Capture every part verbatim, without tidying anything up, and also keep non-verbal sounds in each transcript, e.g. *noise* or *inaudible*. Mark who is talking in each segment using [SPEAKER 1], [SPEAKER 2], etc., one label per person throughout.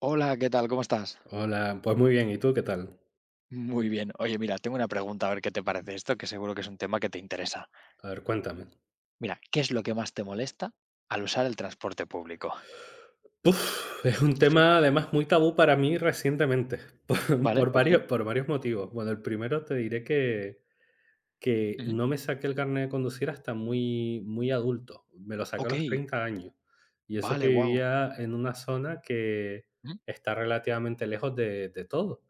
[SPEAKER 1] Hola, ¿qué tal? ¿Cómo estás?
[SPEAKER 2] Hola, pues muy bien, ¿y tú qué tal?
[SPEAKER 1] Muy bien. Oye, mira, tengo una pregunta, a ver qué te parece esto, que seguro que es un tema que te interesa.
[SPEAKER 2] A ver, cuéntame.
[SPEAKER 1] Mira, ¿qué es lo que más te molesta al usar el transporte público?
[SPEAKER 2] Uf, es un tema además muy tabú para mí recientemente, *laughs* por,
[SPEAKER 1] ¿Vale?
[SPEAKER 2] por
[SPEAKER 1] Ok.
[SPEAKER 2] varios, por varios motivos. Bueno, el primero te diré que, que
[SPEAKER 1] Ujú.
[SPEAKER 2] no me saqué el carnet de conducir hasta muy, muy adulto. Me lo saqué a
[SPEAKER 1] Ok.
[SPEAKER 2] los treinta años. Y eso que
[SPEAKER 1] Vale, wow.
[SPEAKER 2] vivía en una zona que está relativamente lejos de, de todo.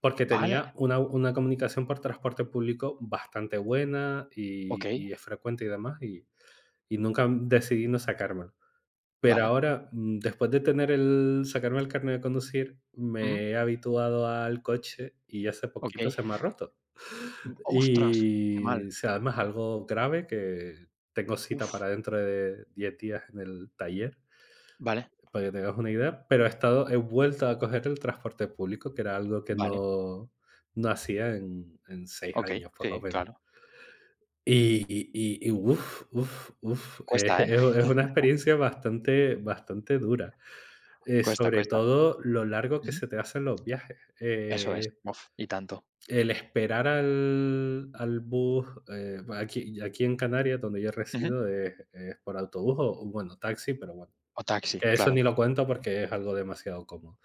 [SPEAKER 2] Porque
[SPEAKER 1] Vale.
[SPEAKER 2] tenía una, una comunicación por transporte público bastante buena
[SPEAKER 1] Ok.
[SPEAKER 2] y, y es frecuente y demás. Y, y nunca decidí no sacarme. Pero
[SPEAKER 1] Vale.
[SPEAKER 2] ahora, mm, después de tener el sacarme el carnet de conducir,
[SPEAKER 1] Ujú.
[SPEAKER 2] me he habituado al coche y hace
[SPEAKER 1] Ok.
[SPEAKER 2] poquito se me ha roto.
[SPEAKER 1] Mm, ostras, qué mal.
[SPEAKER 2] Y, o sea, además algo grave, que tengo cita
[SPEAKER 1] Uf.
[SPEAKER 2] para dentro de diez días en el taller,
[SPEAKER 1] Vale.
[SPEAKER 2] para que tengas una idea. Pero he estado he vuelto a coger el transporte público, que era algo que
[SPEAKER 1] Vale.
[SPEAKER 2] no no hacía en en seis
[SPEAKER 1] Ok.
[SPEAKER 2] años, por lo
[SPEAKER 1] Sí,
[SPEAKER 2] menos.
[SPEAKER 1] claro.
[SPEAKER 2] Y y y y uf, uf, uf, *laughs* es
[SPEAKER 1] Cuesta,
[SPEAKER 2] es
[SPEAKER 1] ¿eh? *laughs*
[SPEAKER 2] es una experiencia bastante bastante dura. Eh,
[SPEAKER 1] Cuesta,
[SPEAKER 2] sobre
[SPEAKER 1] cuesta.
[SPEAKER 2] todo lo largo que
[SPEAKER 1] Ujú.
[SPEAKER 2] se te hacen los viajes.
[SPEAKER 1] Eso es.
[SPEAKER 2] Eh,
[SPEAKER 1] Uf, y tanto.
[SPEAKER 2] el esperar al al bus, eh, bueno, aquí aquí en Canarias, donde yo
[SPEAKER 1] Ujú.
[SPEAKER 2] resido, es es por autobús o, o, bueno, taxi, pero bueno,
[SPEAKER 1] O taxi,
[SPEAKER 2] que eso
[SPEAKER 1] claro.
[SPEAKER 2] ni lo cuento porque es algo demasiado cómodo.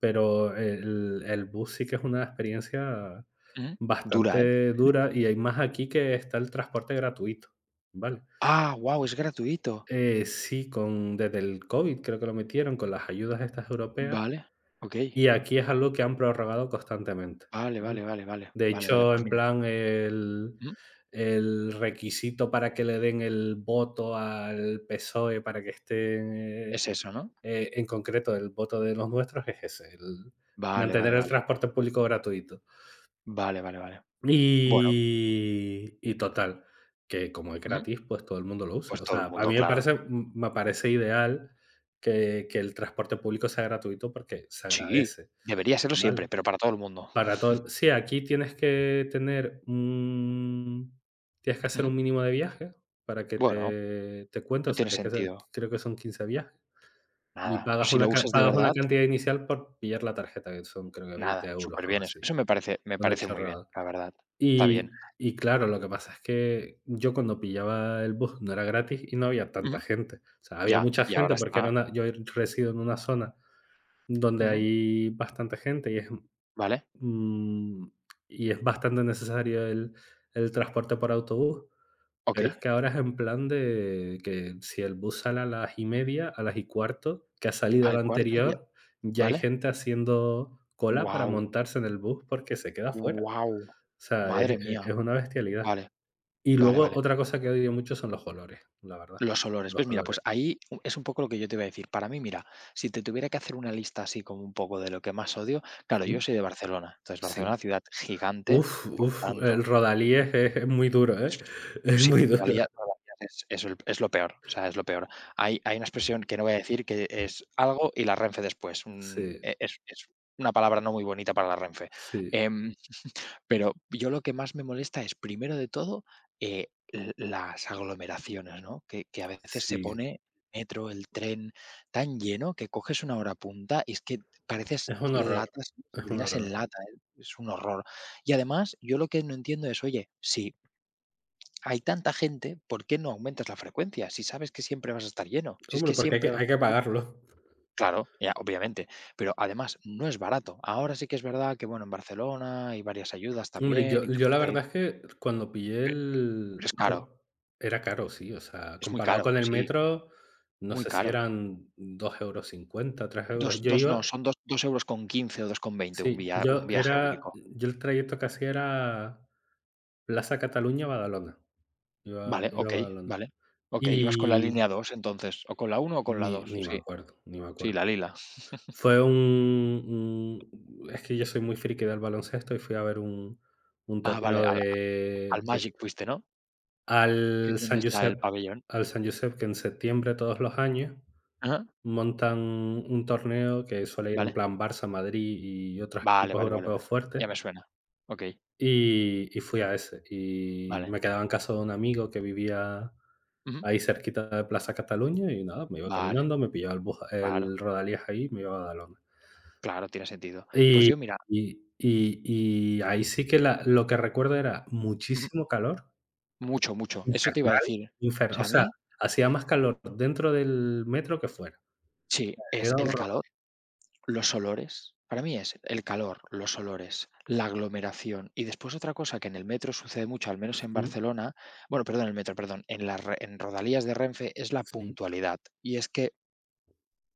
[SPEAKER 2] Pero el el bus sí que es una experiencia
[SPEAKER 1] Ujú. Dura, ¿eh?
[SPEAKER 2] bastante dura. Y hay más, aquí que está el transporte gratuito, ¿vale?
[SPEAKER 1] Ah, wow, es gratuito.
[SPEAKER 2] Eh, sí, con desde el COVID creo que lo metieron con las ayudas estas europeas.
[SPEAKER 1] Vale, okey.
[SPEAKER 2] Y aquí es algo que han prorrogado constantemente,
[SPEAKER 1] Vale,
[SPEAKER 2] ¿vale?
[SPEAKER 1] vale, vale, vale,
[SPEAKER 2] De
[SPEAKER 1] vale, vale,
[SPEAKER 2] hecho,
[SPEAKER 1] pues
[SPEAKER 2] en
[SPEAKER 1] mira,
[SPEAKER 2] plan, el
[SPEAKER 1] ujú,
[SPEAKER 2] el requisito para que le den el voto al PSOE para que esté, eh,
[SPEAKER 1] es eso, ¿no?
[SPEAKER 2] eh, en concreto, el voto de los nuestros es ese, el
[SPEAKER 1] Vale,
[SPEAKER 2] mantener
[SPEAKER 1] vale,
[SPEAKER 2] el
[SPEAKER 1] vale.
[SPEAKER 2] transporte público gratuito.
[SPEAKER 1] Vale, vale, vale. Bueno,
[SPEAKER 2] Y y total, que como es
[SPEAKER 1] ujú,
[SPEAKER 2] gratis, pues todo el mundo lo usa.
[SPEAKER 1] pues
[SPEAKER 2] O
[SPEAKER 1] todo el
[SPEAKER 2] sea, a
[SPEAKER 1] mundo,
[SPEAKER 2] mí me
[SPEAKER 1] claro.
[SPEAKER 2] parece me parece ideal que que el transporte público sea gratuito porque se
[SPEAKER 1] Sí,
[SPEAKER 2] agradece,
[SPEAKER 1] debería serlo
[SPEAKER 2] ¿vale?
[SPEAKER 1] siempre, pero para todo el mundo.
[SPEAKER 2] Para todo el- sí, aquí tienes que tener un tienes que hacer
[SPEAKER 1] Ujú.
[SPEAKER 2] un mínimo de viaje para que
[SPEAKER 1] Bueno,
[SPEAKER 2] te te cuente, o
[SPEAKER 1] no
[SPEAKER 2] sea,
[SPEAKER 1] tiene
[SPEAKER 2] tienes que hacer,
[SPEAKER 1] sentido,
[SPEAKER 2] creo que son quince viajes, y
[SPEAKER 1] nada.
[SPEAKER 2] pagas
[SPEAKER 1] Pues si
[SPEAKER 2] una
[SPEAKER 1] lo
[SPEAKER 2] ca
[SPEAKER 1] usas de
[SPEAKER 2] pagas una
[SPEAKER 1] verdad,
[SPEAKER 2] cantidad inicial por pillar la tarjeta, que son creo que veinte
[SPEAKER 1] nada,
[SPEAKER 2] euros o
[SPEAKER 1] súper
[SPEAKER 2] algo
[SPEAKER 1] bien eso.
[SPEAKER 2] así,
[SPEAKER 1] Eso me parece me
[SPEAKER 2] una
[SPEAKER 1] parece muy bien,
[SPEAKER 2] chorrada.
[SPEAKER 1] la verdad. Está bien.
[SPEAKER 2] Y y claro, lo que pasa es que yo cuando pillaba el bus no era gratis y no había tanta
[SPEAKER 1] Ujú.
[SPEAKER 2] gente. O sea, había
[SPEAKER 1] Ya,
[SPEAKER 2] mucha
[SPEAKER 1] y
[SPEAKER 2] gente
[SPEAKER 1] ahora
[SPEAKER 2] porque era
[SPEAKER 1] está,
[SPEAKER 2] una yo resido en una zona donde
[SPEAKER 1] ujú,
[SPEAKER 2] hay bastante gente y es.
[SPEAKER 1] vale,
[SPEAKER 2] Mm, y es bastante necesario el el transporte por autobús, pero es
[SPEAKER 1] okey.
[SPEAKER 2] que ahora es en plan de que si el bus sale a las y media, a las y cuarto, que ha salido el
[SPEAKER 1] Al cuarto ya,
[SPEAKER 2] anterior, ya hay
[SPEAKER 1] ¿vale?
[SPEAKER 2] gente haciendo cola para
[SPEAKER 1] Wow.
[SPEAKER 2] montarse en el bus porque se queda fuera.
[SPEAKER 1] Wow.
[SPEAKER 2] O sea, es
[SPEAKER 1] Madre
[SPEAKER 2] es
[SPEAKER 1] mía.
[SPEAKER 2] es una bestialidad.
[SPEAKER 1] Vale,
[SPEAKER 2] Y
[SPEAKER 1] vale,
[SPEAKER 2] luego
[SPEAKER 1] vale.
[SPEAKER 2] otra cosa que odio mucho son los olores, la verdad,
[SPEAKER 1] Los olores.
[SPEAKER 2] los
[SPEAKER 1] Pues mira, pues
[SPEAKER 2] olores.
[SPEAKER 1] ahí es un poco lo que yo te iba a decir. Para mí, mira, si te tuviera que hacer una lista así como un poco de lo que más odio, claro,
[SPEAKER 2] Mm,
[SPEAKER 1] yo soy de Barcelona. Entonces,
[SPEAKER 2] sí.
[SPEAKER 1] Barcelona, ciudad gigante,
[SPEAKER 2] Uf,
[SPEAKER 1] por
[SPEAKER 2] uf,
[SPEAKER 1] tanto,
[SPEAKER 2] el rodalí es es es muy duro,
[SPEAKER 1] es-
[SPEAKER 2] ¿eh? *laughs* Es
[SPEAKER 1] sí,
[SPEAKER 2] muy duro.
[SPEAKER 1] Rodalías Rodalías es, es el- es lo peor, o sea, es lo peor. Hay, hay una expresión que no voy a decir que es algo y la renfe después. un-
[SPEAKER 2] Sí,
[SPEAKER 1] e- es, es una palabra no muy bonita para la renfe.
[SPEAKER 2] sí,
[SPEAKER 1] Em, pero yo lo que más me molesta es, primero de todo, eh, l las aglomeraciones, ¿no? Que que a veces se
[SPEAKER 2] sí.
[SPEAKER 1] pone el metro, el tren tan lleno que coges una hora punta y es que pareces
[SPEAKER 2] Es un horror,
[SPEAKER 1] latas,
[SPEAKER 2] es un
[SPEAKER 1] sardinas
[SPEAKER 2] horror.
[SPEAKER 1] en lata, ¿eh? Es un horror. Y además, yo lo que no entiendo es, oye, si hay tanta gente, ¿por qué no aumentas la frecuencia? Si sabes que siempre vas a estar lleno, si es
[SPEAKER 2] Hombre,
[SPEAKER 1] que
[SPEAKER 2] porque hay
[SPEAKER 1] siempre
[SPEAKER 2] que
[SPEAKER 1] vas a
[SPEAKER 2] hay que
[SPEAKER 1] estar lleno.
[SPEAKER 2] pagarlo.
[SPEAKER 1] Claro, ya, obviamente, pero además no es barato. Ahora sí que es verdad que, bueno, en Barcelona hay varias ayudas
[SPEAKER 2] Hombre,
[SPEAKER 1] también
[SPEAKER 2] yo
[SPEAKER 1] y te
[SPEAKER 2] yo la
[SPEAKER 1] puedes salir.
[SPEAKER 2] verdad es que cuando pillé
[SPEAKER 1] Pero
[SPEAKER 2] el
[SPEAKER 1] es caro,
[SPEAKER 2] por era caro, sí, o sea,
[SPEAKER 1] es muy
[SPEAKER 2] comparado
[SPEAKER 1] caro,
[SPEAKER 2] con el
[SPEAKER 1] sí,
[SPEAKER 2] metro, no
[SPEAKER 1] muy
[SPEAKER 2] sé si
[SPEAKER 1] caro.
[SPEAKER 2] eran dos euros cincuenta, tres euros.
[SPEAKER 1] Dos,
[SPEAKER 2] Yo
[SPEAKER 1] dos, no,
[SPEAKER 2] iba,
[SPEAKER 1] son dos, dos euros con quince o dos con veinte, un
[SPEAKER 2] sí,
[SPEAKER 1] via un
[SPEAKER 2] yo
[SPEAKER 1] viaje
[SPEAKER 2] era
[SPEAKER 1] único.
[SPEAKER 2] yo el trayecto que hacía era Plaza Cataluña, Badalona, iba
[SPEAKER 1] Vale,
[SPEAKER 2] iba a
[SPEAKER 1] okey,
[SPEAKER 2] Badalona.
[SPEAKER 1] vale. Okey, ibas con la
[SPEAKER 2] Y
[SPEAKER 1] línea dos, entonces, o con la uno o con la
[SPEAKER 2] ni
[SPEAKER 1] dos,
[SPEAKER 2] ni me
[SPEAKER 1] sí,
[SPEAKER 2] acuerdo, ni me acuerdo.
[SPEAKER 1] sí, la lila.
[SPEAKER 2] Fue un un Es que yo soy muy friki del baloncesto y fui a ver un un
[SPEAKER 1] Ah, vale,
[SPEAKER 2] torneo
[SPEAKER 1] al
[SPEAKER 2] de
[SPEAKER 1] al
[SPEAKER 2] de
[SPEAKER 1] Magic fuiste, ¿no? Que
[SPEAKER 2] al
[SPEAKER 1] es donde
[SPEAKER 2] San
[SPEAKER 1] está
[SPEAKER 2] Josep,
[SPEAKER 1] el pabellón.
[SPEAKER 2] al San Josep, que en septiembre todos los años
[SPEAKER 1] Ajá,
[SPEAKER 2] montan un torneo que suele ir en
[SPEAKER 1] vale.
[SPEAKER 2] plan Barça, Madrid y otros
[SPEAKER 1] Vale,
[SPEAKER 2] equipos
[SPEAKER 1] vale, vale, vale.
[SPEAKER 2] europeos fuertes,
[SPEAKER 1] Ya me suena. Okey,
[SPEAKER 2] y y fui a ese. Y
[SPEAKER 1] vale.
[SPEAKER 2] me quedaba en casa de un amigo que vivía
[SPEAKER 1] Ujú.
[SPEAKER 2] ahí cerquita de Plaza Cataluña y nada, me iba
[SPEAKER 1] Vale,
[SPEAKER 2] caminando, me pillaba el bus
[SPEAKER 1] claro,
[SPEAKER 2] el Rodalies ahí y me iba a Badalona.
[SPEAKER 1] claro, tiene sentido. Pues
[SPEAKER 2] Y
[SPEAKER 1] yo, mira,
[SPEAKER 2] y y y ahí sí que la lo que recuerdo era
[SPEAKER 1] ujú,
[SPEAKER 2] muchísimo calor,
[SPEAKER 1] mucho, mucho, eso te iba a
[SPEAKER 2] infernal,
[SPEAKER 1] decir. O
[SPEAKER 2] infer o
[SPEAKER 1] sea, a
[SPEAKER 2] sea,
[SPEAKER 1] mí
[SPEAKER 2] hacía más calor dentro del metro que fuera.
[SPEAKER 1] sí, es
[SPEAKER 2] Era
[SPEAKER 1] el calor.
[SPEAKER 2] horroroso.
[SPEAKER 1] Los olores, para mí es el calor, los olores, la aglomeración y después otra cosa que en el metro sucede mucho, al menos en
[SPEAKER 2] Mm,
[SPEAKER 1] Barcelona, bueno, perdón, en el metro, perdón, en las re- en Rodalías de Renfe es la
[SPEAKER 2] sí,
[SPEAKER 1] puntualidad. Y es que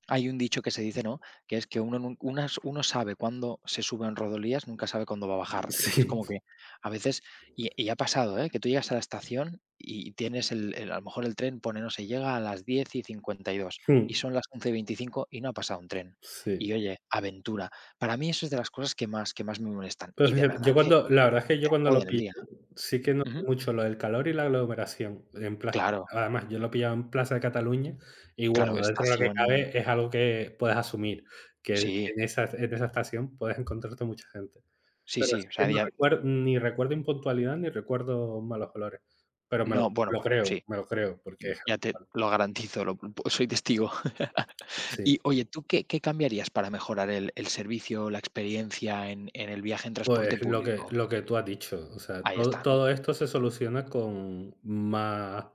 [SPEAKER 1] hay un dicho que se dice, ¿no? Que es que uno, nun- unas- uno sabe cuándo se sube en rodolías, nunca sabe cuándo va a bajar. Es
[SPEAKER 2] sí,
[SPEAKER 1] como que a veces, y, y ha pasado, ¿eh? Que tú llegas a la estación y tienes el, el- a lo mejor el tren pone, no sé, llega a las diez y cincuenta y dos y
[SPEAKER 2] mm,
[SPEAKER 1] son las once y veinticinco y no ha pasado un tren. Y
[SPEAKER 2] sí.
[SPEAKER 1] oye, aventura. Para mí eso es de las cosas que más, que más me molestan.
[SPEAKER 2] Pero
[SPEAKER 1] Y de
[SPEAKER 2] fíjate,
[SPEAKER 1] verdad
[SPEAKER 2] yo
[SPEAKER 1] que
[SPEAKER 2] cuando la verdad es que yo
[SPEAKER 1] te
[SPEAKER 2] cuando lo
[SPEAKER 1] joden el
[SPEAKER 2] pillé,
[SPEAKER 1] día.
[SPEAKER 2] sí que noté
[SPEAKER 1] Ujú.
[SPEAKER 2] mucho lo del calor y la aglomeración en plaza.
[SPEAKER 1] Claro,
[SPEAKER 2] Además, yo lo pillaba en Plaza de Cataluña y
[SPEAKER 1] claro,
[SPEAKER 2] bueno, dentro de lo que
[SPEAKER 1] estación.
[SPEAKER 2] cabe es algo que puedes asumir, que
[SPEAKER 1] Sí,
[SPEAKER 2] en esa en esa estación puedes encontrarte mucha gente.
[SPEAKER 1] sí,
[SPEAKER 2] Pero
[SPEAKER 1] sí.
[SPEAKER 2] así
[SPEAKER 1] O
[SPEAKER 2] que
[SPEAKER 1] sea,
[SPEAKER 2] no
[SPEAKER 1] ya-
[SPEAKER 2] recuerdo, ni recuerdo impuntualidad, ni recuerdo malos colores, pero me lo
[SPEAKER 1] no, bueno,
[SPEAKER 2] lo
[SPEAKER 1] pues
[SPEAKER 2] creo,
[SPEAKER 1] sí.
[SPEAKER 2] me lo creo, porque
[SPEAKER 1] Ya te lo garantizo, lo soy testigo. *laughs*
[SPEAKER 2] *laughs* sí,
[SPEAKER 1] Y oye, ¿tú qué qué cambiarías para mejorar el el servicio, la experiencia en en el viaje en transporte
[SPEAKER 2] pues lo que
[SPEAKER 1] público?
[SPEAKER 2] lo que tú has dicho, o sea,
[SPEAKER 1] Ahí
[SPEAKER 2] todo
[SPEAKER 1] está, ¿no?
[SPEAKER 2] todo esto se soluciona con más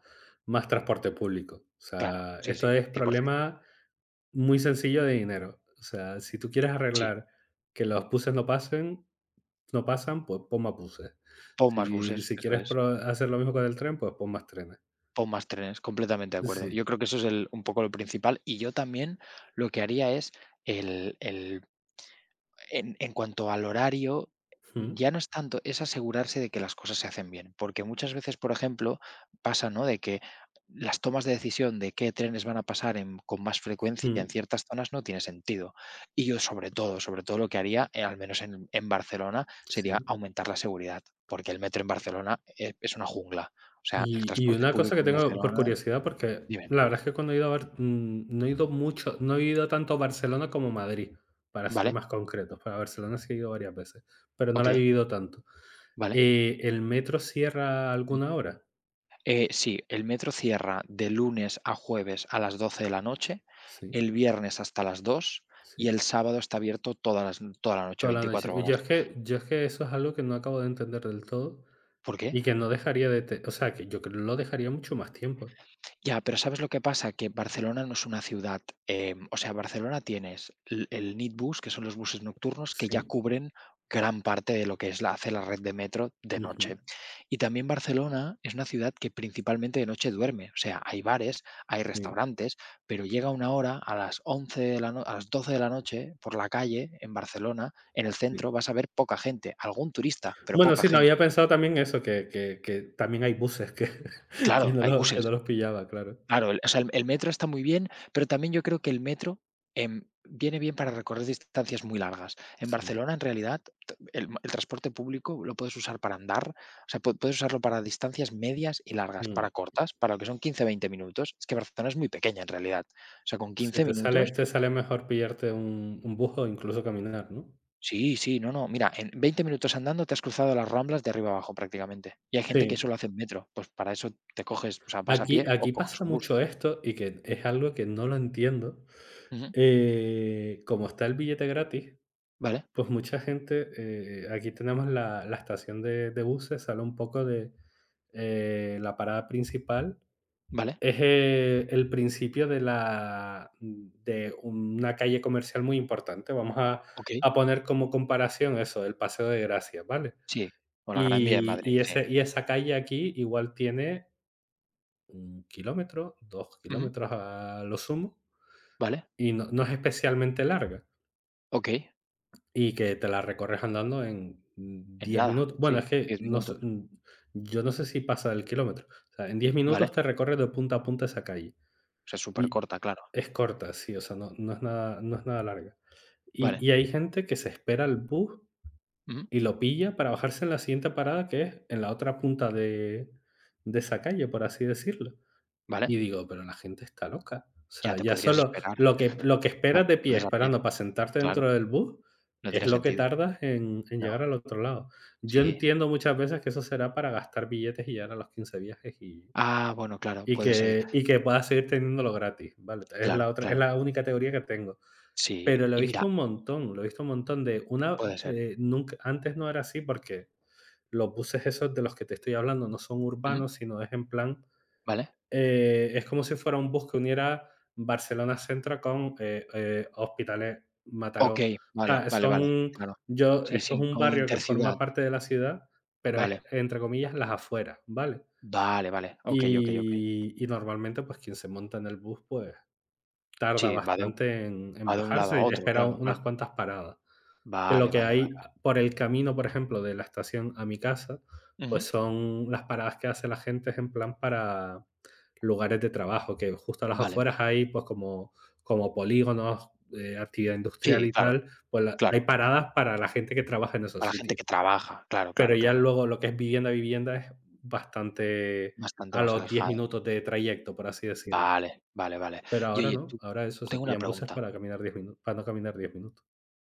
[SPEAKER 2] más transporte público, o
[SPEAKER 1] Claro,
[SPEAKER 2] sea,
[SPEAKER 1] sí, sí,
[SPEAKER 2] esto es
[SPEAKER 1] cien por ciento.
[SPEAKER 2] problema muy sencillo de dinero. O sea, si tú quieres
[SPEAKER 1] Sí,
[SPEAKER 2] arreglar que los buses no pasen no pasan, pues pon más buses,
[SPEAKER 1] pon más
[SPEAKER 2] si
[SPEAKER 1] buses,
[SPEAKER 2] si
[SPEAKER 1] eso
[SPEAKER 2] quieres
[SPEAKER 1] es,
[SPEAKER 2] pro hacer lo mismo con el tren, pues pon más trenes.
[SPEAKER 1] pon más trenes, completamente de acuerdo.
[SPEAKER 2] Sí,
[SPEAKER 1] Yo creo que eso es el un poco lo principal, y yo también lo que haría es el el En en cuanto al horario,
[SPEAKER 2] mm,
[SPEAKER 1] ya no es tanto, es asegurarse de que las cosas se hacen bien, porque muchas veces, por ejemplo, pasa, ¿no?, de que las tomas de decisión de qué trenes van a pasar en con más frecuencia en
[SPEAKER 2] mm,
[SPEAKER 1] ciertas zonas no tiene sentido. Y yo, sobre todo, sobre todo lo que haría, eh, al menos en en Barcelona, sería
[SPEAKER 2] sí.
[SPEAKER 1] aumentar la seguridad, porque el metro en Barcelona, eh, es una jungla. O sea, el
[SPEAKER 2] Y, y
[SPEAKER 1] transporte
[SPEAKER 2] una cosa que
[SPEAKER 1] público en
[SPEAKER 2] tengo por
[SPEAKER 1] Barcelona,
[SPEAKER 2] curiosidad, porque
[SPEAKER 1] dime.
[SPEAKER 2] la verdad es que cuando he ido a Bar- mm, no he ido mucho, no he ido tanto a Barcelona como Madrid, para ser
[SPEAKER 1] Vale,
[SPEAKER 2] más concretos. Para Barcelona sí he ido varias veces, pero no la he
[SPEAKER 1] okey,
[SPEAKER 2] vivido tanto.
[SPEAKER 1] vale.
[SPEAKER 2] Eh, ¿el metro cierra alguna hora?
[SPEAKER 1] Eh, sí, el metro cierra de lunes a jueves a las doce de la noche,
[SPEAKER 2] Sí,
[SPEAKER 1] el viernes hasta las dos
[SPEAKER 2] sí.
[SPEAKER 1] y el sábado está abierto toda las toda la noche,
[SPEAKER 2] Toda la noche.
[SPEAKER 1] veinticuatro
[SPEAKER 2] Yo es
[SPEAKER 1] horas.
[SPEAKER 2] que, yo es que eso es algo que no acabo de entender del todo
[SPEAKER 1] ¿Por qué?
[SPEAKER 2] y que no dejaría de, te- o sea, que yo creo que lo dejaría mucho más tiempo.
[SPEAKER 1] Ya, pero ¿sabes lo que pasa? Que Barcelona no es una ciudad, em, o sea, Barcelona tienes l- el Nitbus, que son los buses nocturnos, que ya
[SPEAKER 2] Sí.
[SPEAKER 1] cubren gran parte de lo que es la, hace la red de metro de
[SPEAKER 2] Ujú.
[SPEAKER 1] noche. Y también Barcelona es una ciudad que principalmente de noche duerme, o sea, hay bares, hay
[SPEAKER 2] Sí.
[SPEAKER 1] restaurantes, pero llega una hora a las once de la no- a las doce de la noche por la calle en Barcelona, en el
[SPEAKER 2] Sí.
[SPEAKER 1] centro, vas a ver poca gente, algún turista, pero
[SPEAKER 2] Bueno,
[SPEAKER 1] poca
[SPEAKER 2] sí, no
[SPEAKER 1] gente.
[SPEAKER 2] había pensado también eso, que que que también hay buses que *laughs* que
[SPEAKER 1] Claro,
[SPEAKER 2] no
[SPEAKER 1] hay
[SPEAKER 2] los que no
[SPEAKER 1] buses.
[SPEAKER 2] los pillaba, claro.
[SPEAKER 1] Claro, el o sea, el el metro está muy bien, pero también yo creo que el metro, em, viene bien para recorrer distancias muy largas. En
[SPEAKER 2] Sí,
[SPEAKER 1] Barcelona, en realidad, t el ma- el transporte público lo puedes usar para andar, o sea, pue puedes usarlo para distancias medias y largas,
[SPEAKER 2] mm.
[SPEAKER 1] para cortas, para lo que son quince veinte minutos. Es que Barcelona es muy pequeña, en realidad. O sea, con
[SPEAKER 2] Sí,
[SPEAKER 1] quince
[SPEAKER 2] te sale
[SPEAKER 1] minutos
[SPEAKER 2] te sale mejor pillarte un un bus o incluso caminar, ¿no?
[SPEAKER 1] sí, sí, no, no, mira, en veinte minutos andando te has cruzado las Ramblas de arriba abajo prácticamente. Y hay gente que eso
[SPEAKER 2] Sí,
[SPEAKER 1] lo hace en metro, pues para eso te coges, o sea, vas a
[SPEAKER 2] aquí
[SPEAKER 1] pie o
[SPEAKER 2] aquí
[SPEAKER 1] coges
[SPEAKER 2] pasa
[SPEAKER 1] un bus.
[SPEAKER 2] mucho esto y que es algo que no lo entiendo.
[SPEAKER 1] Ujú.
[SPEAKER 2] Eh, como está el billete gratis,
[SPEAKER 1] Vale,
[SPEAKER 2] pues mucha gente, eh, aquí tenemos la la estación de de buses, sale un poco de, eh, la parada principal.
[SPEAKER 1] vale,
[SPEAKER 2] Es, eh, el principio de la de una calle comercial muy importante. Vamos a
[SPEAKER 1] okey.
[SPEAKER 2] a poner como comparación eso, el Paseo de Gracia, ¿vale?
[SPEAKER 1] Sí, o la Gran Vía de
[SPEAKER 2] Y
[SPEAKER 1] Madrid,
[SPEAKER 2] y
[SPEAKER 1] sí.
[SPEAKER 2] ese y esa calle aquí igual tiene un kilómetro, dos
[SPEAKER 1] Ujú,
[SPEAKER 2] kilómetros a lo sumo,
[SPEAKER 1] vale,
[SPEAKER 2] y no no es especialmente larga,
[SPEAKER 1] OK,
[SPEAKER 2] y que te la recorres andando en
[SPEAKER 1] en
[SPEAKER 2] diez
[SPEAKER 1] nada,
[SPEAKER 2] minutos.
[SPEAKER 1] sí,
[SPEAKER 2] Bueno, es que
[SPEAKER 1] diez
[SPEAKER 2] no sé,
[SPEAKER 1] minutos,
[SPEAKER 2] mm, yo no sé si pasa del kilómetro. O sea, en diez minutos
[SPEAKER 1] vale.
[SPEAKER 2] te recorres de punta a punta esa calle.
[SPEAKER 1] O sea, súper
[SPEAKER 2] Y
[SPEAKER 1] corta, claro,
[SPEAKER 2] es corta, sí, o sea, no no es nada, no es nada larga. Y
[SPEAKER 1] vale,
[SPEAKER 2] y hay gente que se espera al bus
[SPEAKER 1] ujú,
[SPEAKER 2] y lo pilla para bajarse en la siguiente parada, que es en la otra punta de de esa calle, por así decirlo.
[SPEAKER 1] vale,
[SPEAKER 2] Y digo: "Pero la gente está loca". O
[SPEAKER 1] ya
[SPEAKER 2] sea,
[SPEAKER 1] te
[SPEAKER 2] ya
[SPEAKER 1] podrías
[SPEAKER 2] solo
[SPEAKER 1] esperar,
[SPEAKER 2] lo que lo que
[SPEAKER 1] ah,
[SPEAKER 2] esperas de pie
[SPEAKER 1] puedes a pie,
[SPEAKER 2] esperando para sentarte
[SPEAKER 1] claro,
[SPEAKER 2] dentro del bus
[SPEAKER 1] no
[SPEAKER 2] es
[SPEAKER 1] tiene
[SPEAKER 2] lo que
[SPEAKER 1] sentido,
[SPEAKER 2] tardas en en
[SPEAKER 1] no,
[SPEAKER 2] llegar al otro lado. Yo
[SPEAKER 1] sí.
[SPEAKER 2] entiendo muchas veces que eso será para gastar billetes y llegar a los quince viajes y
[SPEAKER 1] Ah, bueno, claro,
[SPEAKER 2] y
[SPEAKER 1] puede ser,
[SPEAKER 2] que y que puedas seguir teniéndolo gratis, ¿vale? Es la
[SPEAKER 1] claro,
[SPEAKER 2] otra, es
[SPEAKER 1] claro,
[SPEAKER 2] la única teoría que tengo.
[SPEAKER 1] sí,
[SPEAKER 2] Pero lo he
[SPEAKER 1] y mira,
[SPEAKER 2] visto un montón, lo he visto un montón, de una,
[SPEAKER 1] puede ser,
[SPEAKER 2] eh, nunca antes no era así, porque los buses esos de los que te estoy hablando no son
[SPEAKER 1] ujú,
[SPEAKER 2] urbanos, sino es en plan,
[SPEAKER 1] vale,
[SPEAKER 2] eh, es como si fuera un bus que uniera Barcelona Centro con, eh, eh, Hospitalet, Mataró.
[SPEAKER 1] OK,
[SPEAKER 2] O
[SPEAKER 1] vale,
[SPEAKER 2] sea,
[SPEAKER 1] vale, vale,
[SPEAKER 2] son
[SPEAKER 1] claro,
[SPEAKER 2] yo
[SPEAKER 1] sí,
[SPEAKER 2] esto es
[SPEAKER 1] sí,
[SPEAKER 2] un
[SPEAKER 1] como de
[SPEAKER 2] barrio que
[SPEAKER 1] interciudad,
[SPEAKER 2] forma parte de la ciudad, pero es,
[SPEAKER 1] vale,
[SPEAKER 2] entre comillas, las afueras, ¿vale?
[SPEAKER 1] vale, vale, OK, OK, OK,
[SPEAKER 2] Y y normalmente, pues, quien se monta en el bus, pues,
[SPEAKER 1] sí,
[SPEAKER 2] tarda
[SPEAKER 1] va de
[SPEAKER 2] bastante en en
[SPEAKER 1] va de un lado
[SPEAKER 2] bajarse
[SPEAKER 1] a
[SPEAKER 2] y
[SPEAKER 1] otro,
[SPEAKER 2] espera
[SPEAKER 1] claro,
[SPEAKER 2] un- unas
[SPEAKER 1] claro,
[SPEAKER 2] cuantas paradas. Que lo
[SPEAKER 1] vale,
[SPEAKER 2] que
[SPEAKER 1] vale, vale,
[SPEAKER 2] hay por el camino, por ejemplo, de la estación a mi casa, pues,
[SPEAKER 1] ujú,
[SPEAKER 2] son las paradas que hace la gente es en plan para lugares de trabajo, que justo a las
[SPEAKER 1] vale.
[SPEAKER 2] afueras hay, pues, como como polígonos, eh, actividad industrial
[SPEAKER 1] Sí,
[SPEAKER 2] y
[SPEAKER 1] claro,
[SPEAKER 2] tal, pues, la hay
[SPEAKER 1] claro.
[SPEAKER 2] paradas para la gente que trabaja en esos
[SPEAKER 1] Para la gente
[SPEAKER 2] sitios.
[SPEAKER 1] que trabaja, claro,
[SPEAKER 2] Pero
[SPEAKER 1] claro,
[SPEAKER 2] ya
[SPEAKER 1] claro.
[SPEAKER 2] luego lo que es vivienda a vivienda es bastante,
[SPEAKER 1] Bastante
[SPEAKER 2] a
[SPEAKER 1] más
[SPEAKER 2] los diez
[SPEAKER 1] alejado.
[SPEAKER 2] minutos de trayecto, por así decirlo.
[SPEAKER 1] Vale, vale, vale.
[SPEAKER 2] Pero
[SPEAKER 1] Y
[SPEAKER 2] ahora
[SPEAKER 1] oye,
[SPEAKER 2] no,
[SPEAKER 1] tú
[SPEAKER 2] ahora eso, se
[SPEAKER 1] tengo una
[SPEAKER 2] pillan buses
[SPEAKER 1] pregunta.
[SPEAKER 2] para caminar diez minutos, para no caminar diez minutos.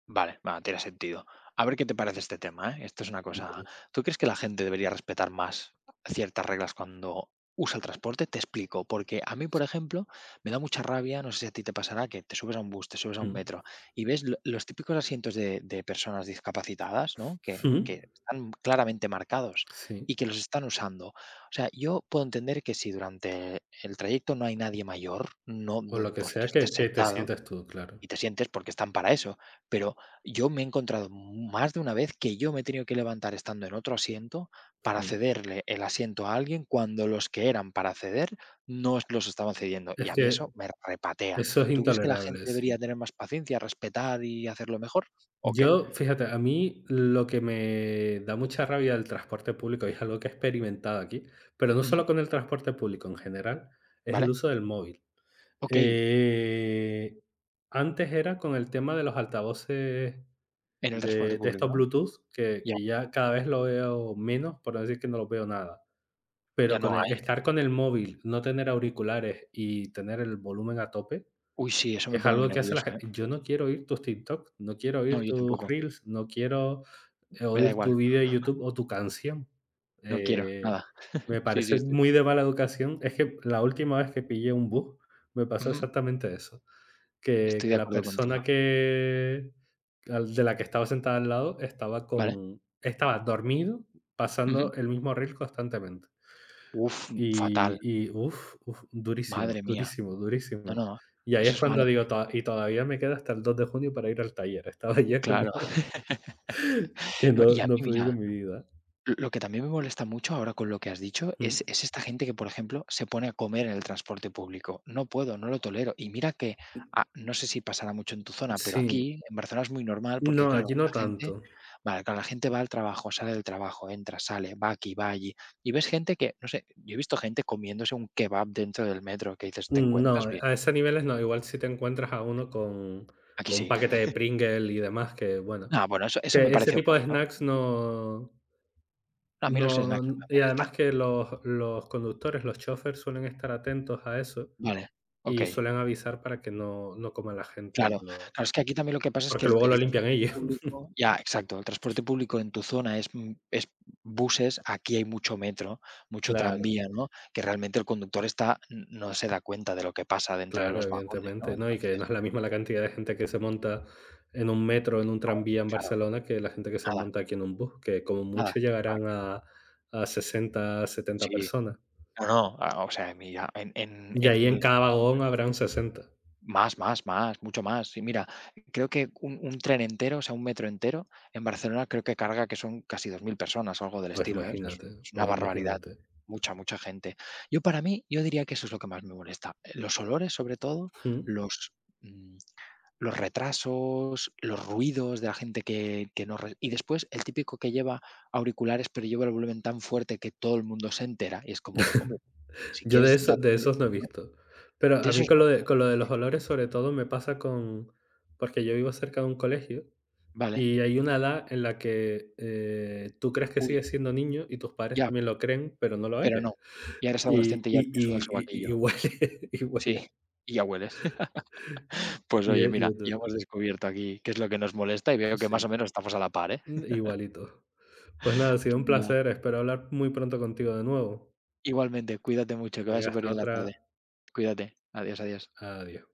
[SPEAKER 1] Vale, va, tiene sentido. A ver qué te parece este tema, ¿eh? Esto es una cosa.
[SPEAKER 2] Ujú.
[SPEAKER 1] ¿Tú crees que la gente debería respetar más ciertas reglas cuando usa el transporte? Te explico, porque a mí, por
[SPEAKER 2] Sí.
[SPEAKER 1] ejemplo, me da mucha rabia, no sé si a ti te pasará, que te subes a un bus, te subes a un
[SPEAKER 2] Ujú.
[SPEAKER 1] metro y ves lo- los típicos asientos de, de personas discapacitadas, ¿no? Que,
[SPEAKER 2] Ujú.
[SPEAKER 1] que están claramente marcados
[SPEAKER 2] Sí,
[SPEAKER 1] y que los están usando. O sea, yo puedo entender que si durante el trayecto no hay nadie mayor, no,
[SPEAKER 2] o lo
[SPEAKER 1] no
[SPEAKER 2] que
[SPEAKER 1] pues
[SPEAKER 2] sea, que
[SPEAKER 1] estés
[SPEAKER 2] que te
[SPEAKER 1] sentado.
[SPEAKER 2] sientas tú, claro.
[SPEAKER 1] Y te sientes porque están para eso. Pero yo me he encontrado más de una vez que yo me he tenido que levantar estando en otro asiento para
[SPEAKER 2] Ujú.
[SPEAKER 1] cederle el asiento a alguien cuando los que eran para ceder no es- los estaban cediendo. Y
[SPEAKER 2] Es
[SPEAKER 1] a mí
[SPEAKER 2] que
[SPEAKER 1] eso me repatea.
[SPEAKER 2] eso es
[SPEAKER 1] ¿Tú crees que la gente
[SPEAKER 2] intolerable, sí.
[SPEAKER 1] debería tener más paciencia, respetar y hacerlo mejor? ¿O qué?
[SPEAKER 2] Yo, fíjate, a mí lo que me da mucha rabia del transporte público, y es algo que he experimentado aquí, pero no
[SPEAKER 1] Ujú.
[SPEAKER 2] solo con el transporte público en general, es el
[SPEAKER 1] ¿Vale?
[SPEAKER 2] uso del móvil.
[SPEAKER 1] Ok.
[SPEAKER 2] Eh, antes era con el tema de los altavoces
[SPEAKER 1] En el transporte
[SPEAKER 2] de de
[SPEAKER 1] público,
[SPEAKER 2] estos
[SPEAKER 1] ¿no?
[SPEAKER 2] Bluetooth, que
[SPEAKER 1] Ya,
[SPEAKER 2] que ya cada vez lo veo menos, por no decir que no los veo nada. Pero
[SPEAKER 1] ya
[SPEAKER 2] con
[SPEAKER 1] no
[SPEAKER 2] el
[SPEAKER 1] hay.
[SPEAKER 2] estar con el móvil, no tener auriculares y tener el volumen a tope,
[SPEAKER 1] Uy, sí, eso me
[SPEAKER 2] es
[SPEAKER 1] pone muy
[SPEAKER 2] algo que hace la
[SPEAKER 1] nervioso, ¿eh?
[SPEAKER 2] gente. Yo no quiero oír tus TikTok, no quiero
[SPEAKER 1] No,
[SPEAKER 2] oír
[SPEAKER 1] yo
[SPEAKER 2] tus
[SPEAKER 1] tampoco.
[SPEAKER 2] reels, no quiero, eh,
[SPEAKER 1] Me da
[SPEAKER 2] oír
[SPEAKER 1] igual.
[SPEAKER 2] tu vídeo de YouTube o tu canción.
[SPEAKER 1] No quiero
[SPEAKER 2] Eh,
[SPEAKER 1] nada.
[SPEAKER 2] me
[SPEAKER 1] *laughs* Sí,
[SPEAKER 2] parece
[SPEAKER 1] sí, sí.
[SPEAKER 2] muy de mala educación. Es que la última vez que pillé un bus, me pasó
[SPEAKER 1] Ujú.
[SPEAKER 2] exactamente eso. Que
[SPEAKER 1] Estoy de
[SPEAKER 2] que la
[SPEAKER 1] acuerdo contigo.
[SPEAKER 2] persona que al de la que estaba sentada al lado estaba
[SPEAKER 1] ¿Vale?
[SPEAKER 2] con estaba dormido,
[SPEAKER 1] Ujú.
[SPEAKER 2] pasando el mismo reel constantemente.
[SPEAKER 1] Uf, fatal,
[SPEAKER 2] Y y Uff, durísimo,
[SPEAKER 1] madre mía.
[SPEAKER 2] durísimo,
[SPEAKER 1] No,
[SPEAKER 2] durísimo.
[SPEAKER 1] no,
[SPEAKER 2] Y ahí
[SPEAKER 1] eso
[SPEAKER 2] es
[SPEAKER 1] es malo.
[SPEAKER 2] cuando digo: "To y Todavía me queda hasta el dos de junio para ir al taller". *laughs* Estaba ya que no
[SPEAKER 1] Claro.
[SPEAKER 2] *laughs* que
[SPEAKER 1] No,
[SPEAKER 2] no
[SPEAKER 1] y a mí,
[SPEAKER 2] no podía con
[SPEAKER 1] mira,
[SPEAKER 2] mi vida.
[SPEAKER 1] l lo que también me molesta mucho ahora con lo que has dicho
[SPEAKER 2] Mm,
[SPEAKER 1] es es esta gente que, por ejemplo, se pone a comer en el transporte público. No puedo, no lo tolero. Y mira que, ah, no sé si pasará mucho en tu zona, pero
[SPEAKER 2] sí.
[SPEAKER 1] aquí en Barcelona es muy normal porque,
[SPEAKER 2] No,
[SPEAKER 1] claro,
[SPEAKER 2] aquí no
[SPEAKER 1] la gente,
[SPEAKER 2] tanto.
[SPEAKER 1] vale, claro, la gente va al trabajo, sale del trabajo, entra, sale, va aquí, va allí. Y ves gente que, no sé, yo he visto gente comiéndose un kebab dentro del metro que dices: "¿Te
[SPEAKER 2] Mm, no,
[SPEAKER 1] encuentras bien?".
[SPEAKER 2] a esos niveles no. Igual si te encuentras a uno con
[SPEAKER 1] Aquí
[SPEAKER 2] con un
[SPEAKER 1] sí.
[SPEAKER 2] paquete de Pringles y demás, que, bueno,
[SPEAKER 1] Ah, bueno, eso eso me
[SPEAKER 2] que ese
[SPEAKER 1] parece
[SPEAKER 2] tipo de
[SPEAKER 1] okey, ¿no?
[SPEAKER 2] snacks no,
[SPEAKER 1] No, a mí los snacks no
[SPEAKER 2] no
[SPEAKER 1] me
[SPEAKER 2] y
[SPEAKER 1] molestan.
[SPEAKER 2] además que los los conductores, los chóferes, suelen estar atentos a eso
[SPEAKER 1] Vale,
[SPEAKER 2] y
[SPEAKER 1] okey,
[SPEAKER 2] suelen avisar para que no no coma la gente,
[SPEAKER 1] claro.
[SPEAKER 2] lo
[SPEAKER 1] Claro, es que aquí también lo que pasa es que
[SPEAKER 2] porque
[SPEAKER 1] el
[SPEAKER 2] luego lo
[SPEAKER 1] el
[SPEAKER 2] limpian
[SPEAKER 1] transporte
[SPEAKER 2] ellos. *laughs*
[SPEAKER 1] público ya, exacto, el transporte público en tu zona es, mm, es buses, aquí hay mucho metro, mucho
[SPEAKER 2] Claro,
[SPEAKER 1] tranvía, ¿no? Que realmente el conductor está n no se da cuenta de lo que pasa dentro de
[SPEAKER 2] claro,
[SPEAKER 1] los vagones,
[SPEAKER 2] evidentemente,
[SPEAKER 1] ¿no?
[SPEAKER 2] ¿no? Y que no
[SPEAKER 1] Entonces,
[SPEAKER 2] es la misma la cantidad de gente que se monta en un metro, en un
[SPEAKER 1] no,
[SPEAKER 2] tranvía en
[SPEAKER 1] claro,
[SPEAKER 2] Barcelona, que la gente que se
[SPEAKER 1] nada,
[SPEAKER 2] monta aquí en un bus, que como
[SPEAKER 1] nada,
[SPEAKER 2] mucho
[SPEAKER 1] nada
[SPEAKER 2] llegarán
[SPEAKER 1] que
[SPEAKER 2] a a sesenta, setenta
[SPEAKER 1] sí,
[SPEAKER 2] personas.
[SPEAKER 1] no, no, ah, o sea, mira, en en
[SPEAKER 2] Y ahí en
[SPEAKER 1] en
[SPEAKER 2] cada vagón habrán sesenta.
[SPEAKER 1] Más, más, más, mucho más. Y mira, creo que un un tren entero, o sea, un metro entero, en Barcelona creo que carga que son casi dos mil personas o algo del
[SPEAKER 2] Pues
[SPEAKER 1] estilo, ¿eh? O sea, es
[SPEAKER 2] imagínate,
[SPEAKER 1] es una
[SPEAKER 2] pues
[SPEAKER 1] barbaridad.
[SPEAKER 2] imagínate.
[SPEAKER 1] Mucha, mucha gente. Yo para mí, yo diría que eso es lo que más me molesta. eh, Los olores, sobre todo,
[SPEAKER 2] Mm.
[SPEAKER 1] los, mm, los retrasos, los ruidos de la gente que que no re y después el típico que lleva auriculares, pero lleva el volumen tan fuerte que todo el mundo se entera, y es como, hombre, si
[SPEAKER 2] Yo de
[SPEAKER 1] quieres
[SPEAKER 2] eso
[SPEAKER 1] dar,
[SPEAKER 2] de esos no he
[SPEAKER 1] ¿no?
[SPEAKER 2] visto. Pero
[SPEAKER 1] De
[SPEAKER 2] a mí
[SPEAKER 1] esos
[SPEAKER 2] con
[SPEAKER 1] no.
[SPEAKER 2] lo de con lo de los olores, sobre todo, me pasa con porque yo vivo cerca de un colegio
[SPEAKER 1] Vale.
[SPEAKER 2] y hay una edad en la que, eh, tú crees que
[SPEAKER 1] Uy,
[SPEAKER 2] sigues siendo niño y tus padres
[SPEAKER 1] ya.
[SPEAKER 2] también lo creen, pero no lo
[SPEAKER 1] Pero
[SPEAKER 2] eres.
[SPEAKER 1] no, ya eres
[SPEAKER 2] Y
[SPEAKER 1] adolescente
[SPEAKER 2] y
[SPEAKER 1] y ya te suda el
[SPEAKER 2] y y y
[SPEAKER 1] sobaquillo.
[SPEAKER 2] huele *laughs* y
[SPEAKER 1] Sí,
[SPEAKER 2] huele.
[SPEAKER 1] y ya hueles. *laughs* Pues
[SPEAKER 2] Y
[SPEAKER 1] oye,
[SPEAKER 2] es y
[SPEAKER 1] mira,
[SPEAKER 2] es
[SPEAKER 1] ya
[SPEAKER 2] duro.
[SPEAKER 1] hemos descubierto aquí qué es lo que nos molesta y veo que más o
[SPEAKER 2] Sí,
[SPEAKER 1] menos estamos a la par, ¿eh?
[SPEAKER 2] mm, igualito. Pues nada, ha sido un
[SPEAKER 1] Pues nada,
[SPEAKER 2] placer, espero hablar muy pronto contigo de nuevo.
[SPEAKER 1] igualmente, cuídate mucho, que vaya
[SPEAKER 2] Venga, hasta
[SPEAKER 1] superbién la tarde.
[SPEAKER 2] otra.
[SPEAKER 1] Cuídate. Adiós, adiós.
[SPEAKER 2] Adiós.